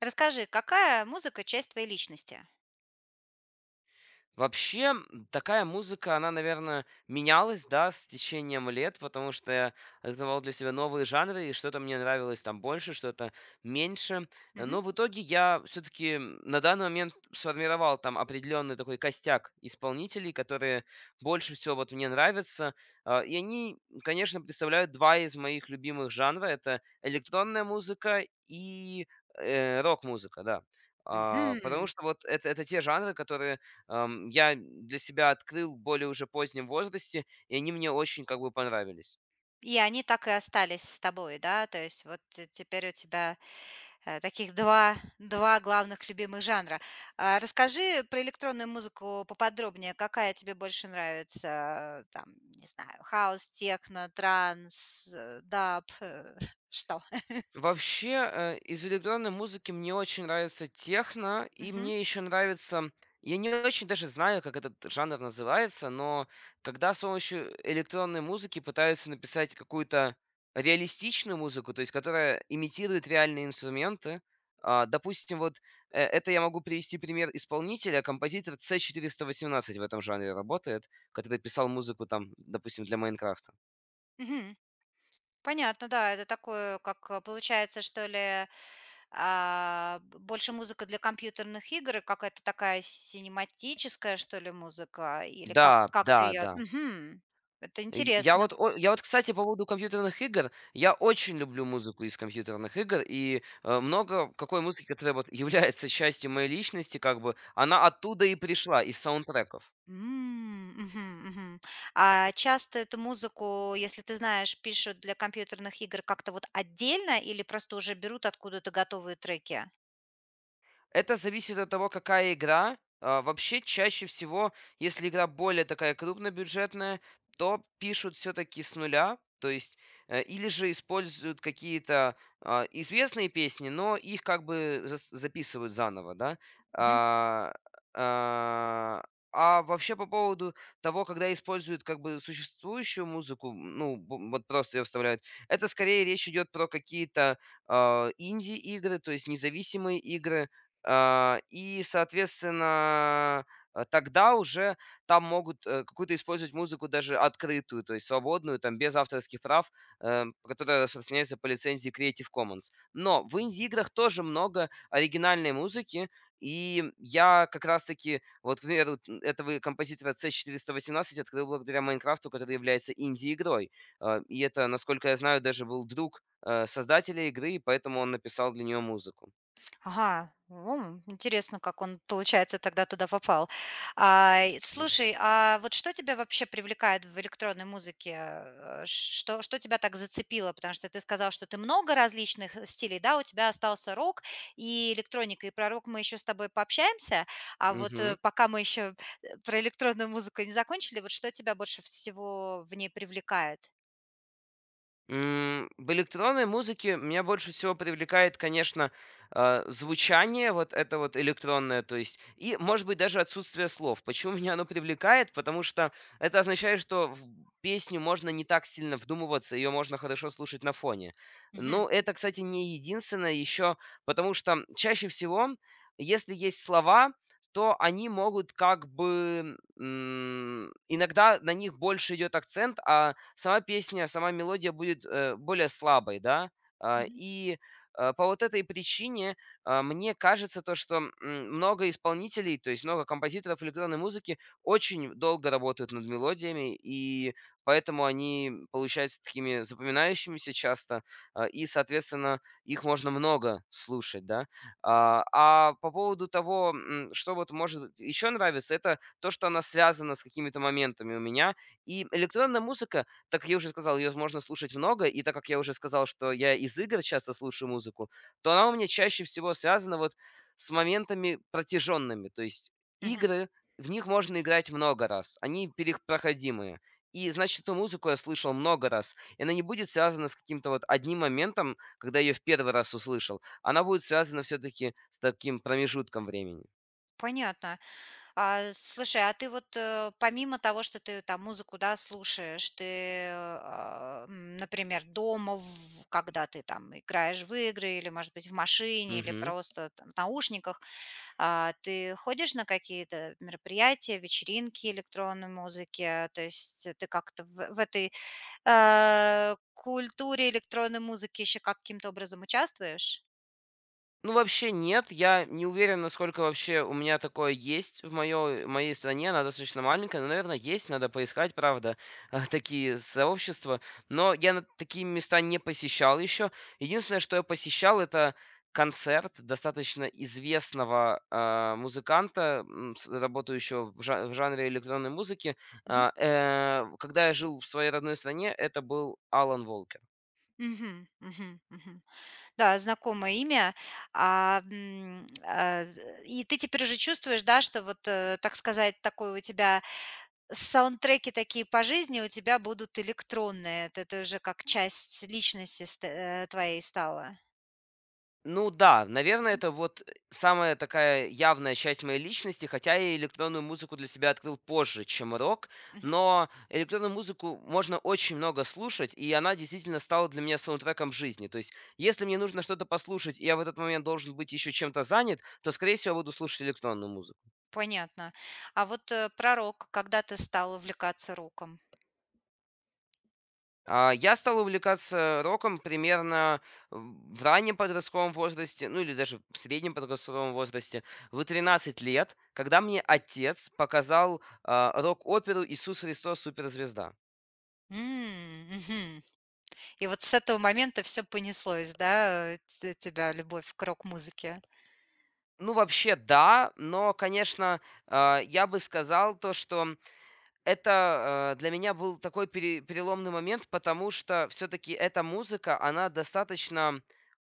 Расскажи, какая музыка- часть твоей личности? Вообще, такая музыка, она, наверное, менялась, да, с течением лет, потому что я открывал для себя новые жанры, и что-то мне нравилось там больше, что-то меньше. Э, Мгм. Но в итоге я все-таки на данный момент сформировал там определенный такой костяк исполнителей, которые больше всего вот мне нравятся. И они, конечно, представляют два из моих любимых жанра. Это электронная музыка и рок-музыка, да. Потому Мгм. что вот это те жанры, которые я для себя открыл более уже позднем возрасте, и они мне очень как бы понравились. И они так и остались с тобой, да? То есть вот т теперь у тебя, таких два главных любимых жанра. А расскажи про электронную музыку поподробнее. Какая тебе больше нравится? Там, не знаю, хаус, техно, транс, даб, что? Вообще, из электронной музыки мне очень нравится техно, и Мгм. мне еще нравится. Я не очень даже знаю, как этот жанр называется, но когда с помощью электронной музыки пытаются написать какую-то реалистичную музыку, то есть которая имитирует реальные инструменты, допустим, вот это я могу привести пример исполнителя, композитор c восемнадцать в этом жанре работает, который писал музыку там, допустим, для Майнкрафта. Мгм. Понятно, да. Это такое, как, получается, что ли. А, б Больше музыка для компьютерных игр и какая-то такая синематическая, что ли, музыка? Или как Да, как ты да, ее. да. Это Й я интересно. вот о я вот, кстати, по поводу компьютерных игр, я очень люблю музыку из компьютерных игр, и, много какой музыки, которая вот является частью моей личности, как бы, она оттуда и пришла, из саундтреков. Мгм, мгм. А часто эту музыку, если ты знаешь, пишут для компьютерных игр как-то вот отдельно или просто уже берут откуда-то готовые треки? Это зависит от того, какая игра. Вообще, чаще всего, если игра более такая крупнобюджетная, то пишут все-таки с нуля, то есть или же используют какие-то известные песни, но их как бы записывают заново, да. А, а, вообще по поводу того, когда используют как бы существующую музыку, ну вот просто ее вставляют, это скорее речь идет про какие-то инди-игры, то есть независимые игры, и, соответственно, тогда уже там могут, какую-то использовать музыку даже открытую, то есть свободную, там, без авторских прав, которая распространяется по лицензии Creative Commons. Но в инди-играх тоже много оригинальной музыки, и я как раз-таки, вот, к примеру, т этого композитора C418 открыл благодаря "Майнкрафту", который является инди-игрой. И это, насколько я знаю, даже был друг, создателя игры, и поэтому он написал для нее музыку. Ага, интересно, как он, получается, тогда туда попал. И Да. слушай, а вот что тебя вообще привлекает в электронной музыке? Что тебя так зацепило? Потому что ты сказал, что ты много различных стилей, да, у тебя остался рок и электроника, и про рок мы еще с тобой пообщаемся, а вот Мгм. пока мы еще про электронную музыку не закончили, вот что тебя больше всего в ней привлекает? В электронной музыке меня больше всего привлекает, конечно, звучание вот это вот электронное, то есть, и, может быть, даже отсутствие слов. Почему меня оно привлекает? Потому что это означает, что в песню можно не так сильно вдумываться, ее можно хорошо слушать на фоне. Мгм, Ну, это, кстати, не единственное еще, потому что чаще всего, если есть слова, то они могут как бы иногда на них больше идет акцент, а сама песня, сама мелодия будет более слабой, да. А, мгм, И по вот этой причине мне кажется то, что много исполнителей, то есть много композиторов электронной музыки очень долго работают над мелодиями, и поэтому они получаются такими запоминающимися часто, и, соответственно, их можно много слушать, да. По поводу того, что вот может еще нравится, это то, что она связана с какими-то моментами у меня. И электронная музыка, так как я уже сказал, ее можно слушать много, и так как я уже сказал, что я из игр часто слушаю музыку, то она у меня чаще всего связана вот с моментами протяженными. То есть мгм. игры, в них можно играть много раз, они перепроходимые. И, значит, эту музыку я слышал много раз, и она не будет связана с каким-то вот одним моментом, когда я ее в первый раз услышал. Она будет связана все-таки с таким промежутком времени. Понятно. Слушай, а ты вот, помимо того, что ты там музыку, да, слушаешь, ты, например, дома, в когда ты там играешь в игры или, может быть, в машине, или Мгм. просто там в наушниках, ты ходишь на какие-то мероприятия, вечеринки электронной музыки? То есть ты как-то в этой, культуре электронной музыки еще каким-то образом участвуешь? Ну, вообще нет. Я не уверен, насколько вообще у меня такое есть в моё моей стране. Она достаточно маленькая, но, наверное, есть. Надо поискать, правда, такие сообщества. Но я на такие места не посещал еще. Единственное, что я посещал, это концерт достаточно известного, музыканта, м, с работающего в жа в жанре электронной музыки. Мгм. Когда я жил в своей родной стране, это был Алан Волкер. Мгм. Мгм. Мгм. Да, знакомое имя. А, м, а, з И ты теперь уже чувствуешь, да, что вот, так сказать, такой у тебя саундтреки такие по жизни у тебя будут электронные. Это ты уже как часть личности твоей стала. Ну да, наверное, это вот самая такая явная часть моей личности, хотя я электронную музыку для себя открыл позже, чем рок, Мгм. но электронную музыку можно очень много слушать, и она действительно стала для меня саундтреком жизни. То есть, если мне нужно что-то послушать, и я в этот момент должен быть еще чем-то занят, то, скорее всего, буду слушать электронную музыку. Понятно. А вот, про рок, когда ты стала увлекаться роком? Я стал увлекаться роком примерно в раннем подростковом возрасте, ну или даже в среднем подростковом возрасте, в 13 лет, когда мне отец показал, рок-оперу "Иисус Христос- суперзвезда". Мгм. И вот с этого момента все понеслось, да, э, те тебя любовь к рок-музыке? Ну, вообще, да, но, конечно, я бы сказал то, что это, для меня был такой переломный момент, потому что все таки эта музыка, она достаточно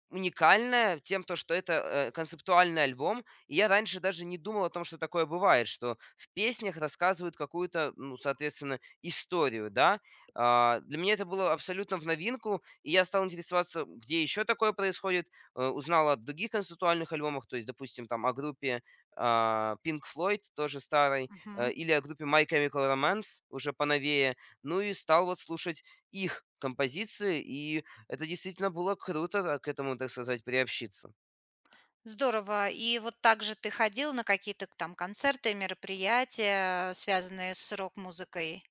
уникальная тем, то что это, концептуальный альбом. И я раньше даже не думал о том, что такое бывает, что в песнях рассказывают какую-то, ну, соответственно, историю, да. Для меня это было абсолютно в новинку, и я стал интересоваться, где еще такое происходит. Узнал о других концептуальных альбомах, то есть, допустим, там о группе, Pink Floyd, тоже старой, Мгм. Или о группе My Chemical Romance, уже поновее. Ну и стал вот слушать их композиции и это действительно было круто, к этому, так сказать, приобщиться. Здорово. И вот так же ты ходил на какие-то к там концерты, мероприятия, связанные с рок-музыкой?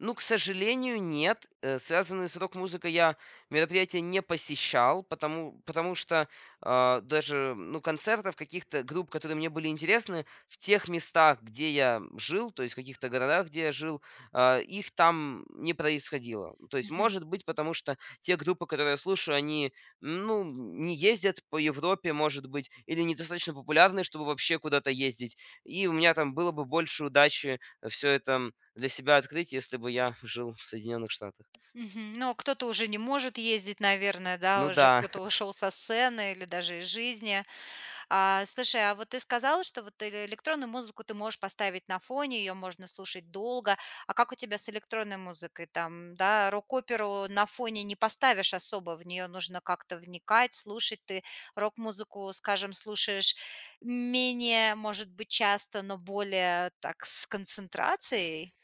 Ну, к сожалению, нет. Связанные с рок-музыкой я мероприятия не посещал, потому что даже ну, концертов каких-то групп, которые мне были интересны, в тех местах, где я жил, то есть в каких-то городах, где я жил, их там не происходило. То есть, Мгм. может быть, потому что те группы, которые я слушаю, они ну, не ездят по Европе, может быть, или недостаточно популярны, чтобы вообще куда-то ездить. И у меня там было бы больше удачи все это для себя открыть, если бы я жил в Соединенных Штатах. Мгм. Но кто-то уже не может ездить, наверное, да, Ну уже да. кто-то ушел со сцены или даже из жизни. Слушай, а вот ты сказала, что вот электронную музыку ты можешь поставить на фоне, ее можно слушать долго. А как у тебя с электронной музыкой? Там, да, рок-оперу на фоне не поставишь особо, в нее нужно как-то вникать, слушать. Ты рок-музыку, скажем, слушаешь менее, может быть, часто, но более так с концентрацией.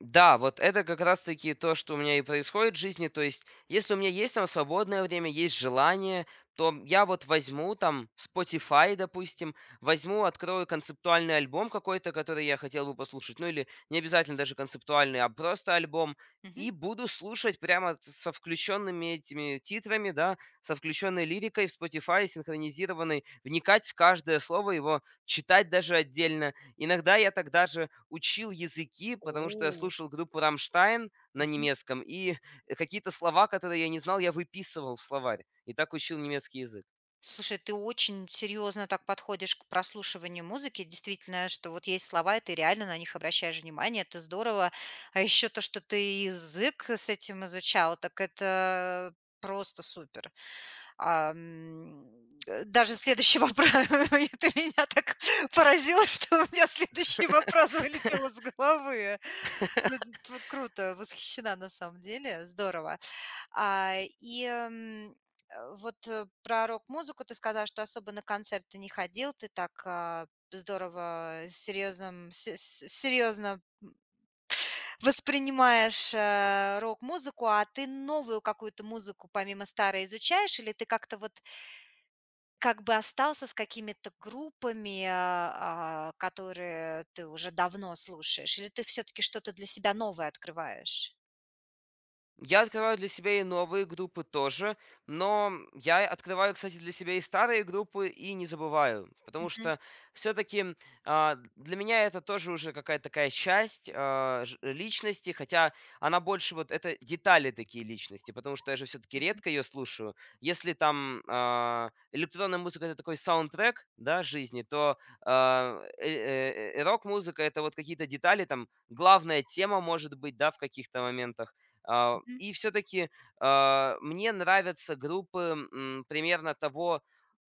Да, вот это как раз-таки то, что у меня и происходит в жизни. То есть, если у меня есть там свободное время, есть желание, то я вот возьму там Spotify, допустим, возьму, открою концептуальный альбом какой-то, который я хотел бы послушать, ну или не обязательно даже концептуальный, а просто альбом, Мгм. и буду слушать прямо со включенными этими титрами, да, со включенной лирикой в Spotify, синхронизированной, вникать в каждое слово его, читать даже отдельно. Иногда я тогда же учил языки, потому что я О, слушал группу "Рамштайн" на мгм. немецком, и какие-то слова, которые я не знал, я выписывал в словарь. И так учил немецкий язык. Слушай, ты очень серьезно так подходишь к прослушиванию музыки. Действительно, что вот есть слова, и ты реально на них обращаешь внимание. Это здорово. А еще то, что ты язык с этим изучал, так это просто супер. А, м, Даже следующий вопрос. Ты меня так поразила, что у меня следующий вопрос вылетел из головы. Ну, круто, восхищена на самом деле. Здорово. А, и, м, вот, про рок-музыку ты сказал, что особо на концерты не ходил. Ты так, здорово серьезно серьезно, воспринимаешь, рок-музыку. А ты новую какую-то музыку помимо старой изучаешь или ты как-то вот как бы остался с какими-то группами, которые ты уже давно слушаешь? Или ты все таки что-то для себя новое открываешь? Я открываю для себя и новые группы тоже, но я открываю, кстати, для себя и старые группы и не забываю, потому Мгм, что все-таки для меня это тоже уже какая-то такая часть личности, хотя она больше вот это детали такие личности, потому что я же все-таки редко ее слушаю. Если там электронная музыка это такой саундтрек, да, жизни, то рок-музыка это вот какие-то детали, там главная тема может быть, да, в каких-то моментах. а, мгм, И все-таки мне нравятся группы примерно того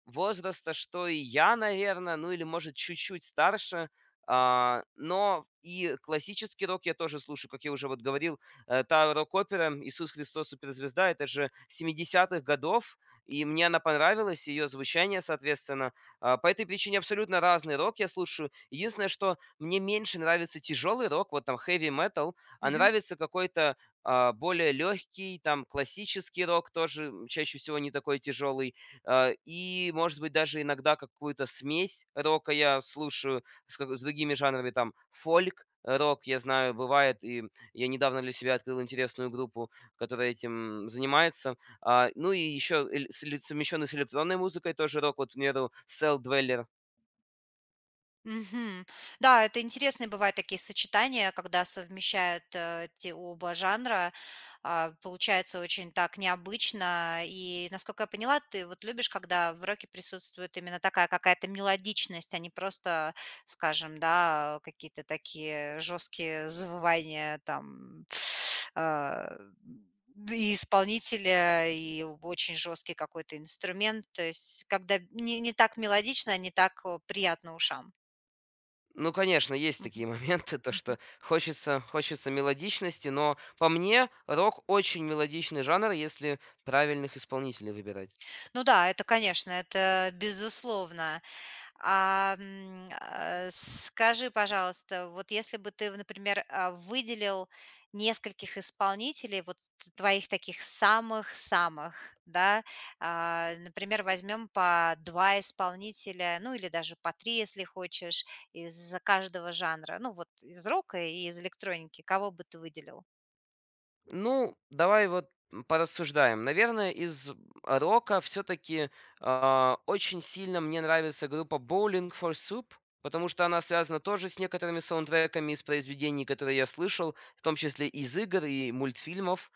возраста, что и я, наверное, ну или, может, чуть-чуть старше. Но и классический рок я тоже слушаю, как я уже вот говорил, та рок-опера «Иисус Христос суперзвезда» это же 70-х годов, и мне она понравилась, ее звучание, соответственно. По этой причине абсолютно разный рок я слушаю. Единственное, что мне меньше нравится тяжелый рок, вот там heavy metal, а мгм. нравится какой-то более легкий, там классический рок тоже чаще всего не такой тяжелый. И, может быть, даже иногда какую-то смесь рока я слушаю с, с другими жанрами, там, фольк, рок, я знаю, бывает, и я недавно для себя открыл интересную группу, которая этим занимается. Ну и еще совмещенный с электронной музыкой тоже рок, вот, к примеру, Cell Dweller. Мгм. Да, это интересные бывают такие сочетания, когда совмещают эти оба жанра. Получается очень так необычно. И, насколько я поняла, ты вот любишь, когда в роке присутствует именно такая какая-то мелодичность, а не просто, скажем, да, какие-то такие жесткие завывания там а, и исполнителя, и очень жесткий какой-то инструмент. То есть, когда не так мелодично, не так приятно ушам. Ну, конечно, есть Мгм, такие моменты, то, мгм. что хочется мелодичности, но по мне рок очень мелодичный жанр, если правильных исполнителей выбирать. Ну да, это, конечно, это безусловно. Скажи, пожалуйста, вот если бы ты, например, выделил нескольких исполнителей, вот твоих таких самых-самых, да, например, возьмем по два исполнителя, ну или даже по три, если хочешь, из каждого жанра, ну вот из рока и из электроники, кого бы ты выделил? Ну, давай вот порассуждаем. Наверное, из рока все-таки очень сильно мне нравится группа Bowling for Soup, потому что она связана тоже с некоторыми саундтреками из произведений, которые я слышал, в том числе из игр и мультфильмов.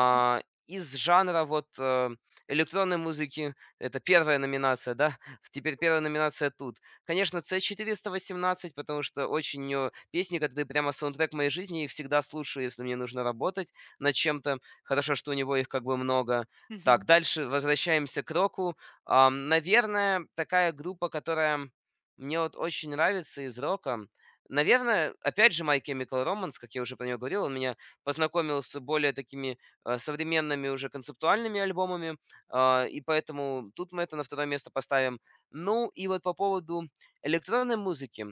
Мгм. Из жанра вот электронной музыки, это первая номинация, да, теперь первая номинация тут. Конечно, C418, потому что очень у неё песни, которые прямо саундтрек моей жизни, я их всегда слушаю, если мне нужно работать над чем-то. Хорошо, что у него их как бы много. Так, Мгм. дальше возвращаемся к року. Наверное, такая группа, которая мне вот очень нравится из рока. Наверное, опять же, My Chemical Romance, как я уже про него говорил, он меня познакомил с более такими современными уже концептуальными альбомами, и поэтому тут мы это на второе место поставим. Ну и вот по поводу электронной музыки.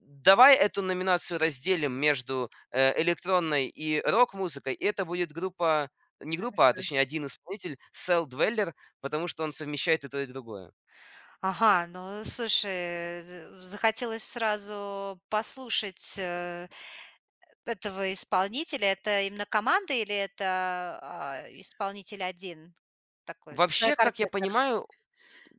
Давай эту номинацию разделим между, электронной и рок-музыкой, и это будет группа не группа, а Хорошо. точнее один исполнитель Cell Dweller, потому что он совмещает и то, и другое. Ага, ну слушай, захотелось сразу послушать, этого исполнителя. Это именно команда или это, исполнитель один такой, Вообще, как я человек-оркестр? понимаю.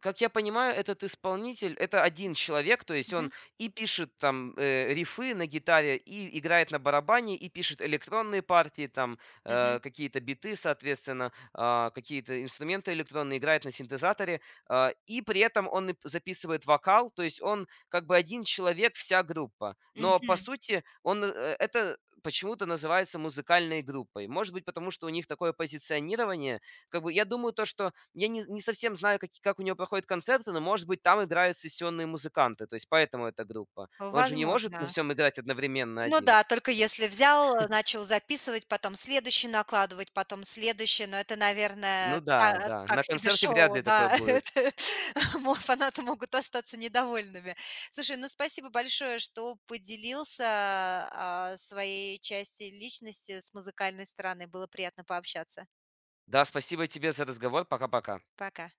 Как я понимаю, этот исполнитель — это один человек, то есть Мгм, он и пишет там, рифы на гитаре, и играет на барабане, и пишет электронные партии, там, мгм, какие-то биты, соответственно, какие-то инструменты электронные, играет на синтезаторе. И при этом он и п записывает вокал, то есть он как бы один человек, вся группа. Но по мгм. сути он, это почему-то называется музыкальной группой. Может быть, потому что у них такое позиционирование, как бы я думаю, то, что я не совсем знаю, как у него проходят концерты, но, может быть, там играют сессионные музыканты, то есть поэтому эта группа. Он же не может на Возможно. всем играть одновременно Ну один. да, только если взял, начал записывать, потом следующий накладывать, потом следующий, но это, Ну наверное, да, да, так на себе концерте вряд шоу, ли такое да. будет. Фанаты могут остаться недовольными. Слушай, ну спасибо большое, что поделился своей части личности с музыкальной стороны, было приятно пообщаться. Да, спасибо тебе за разговор. Пока-пока. Пока.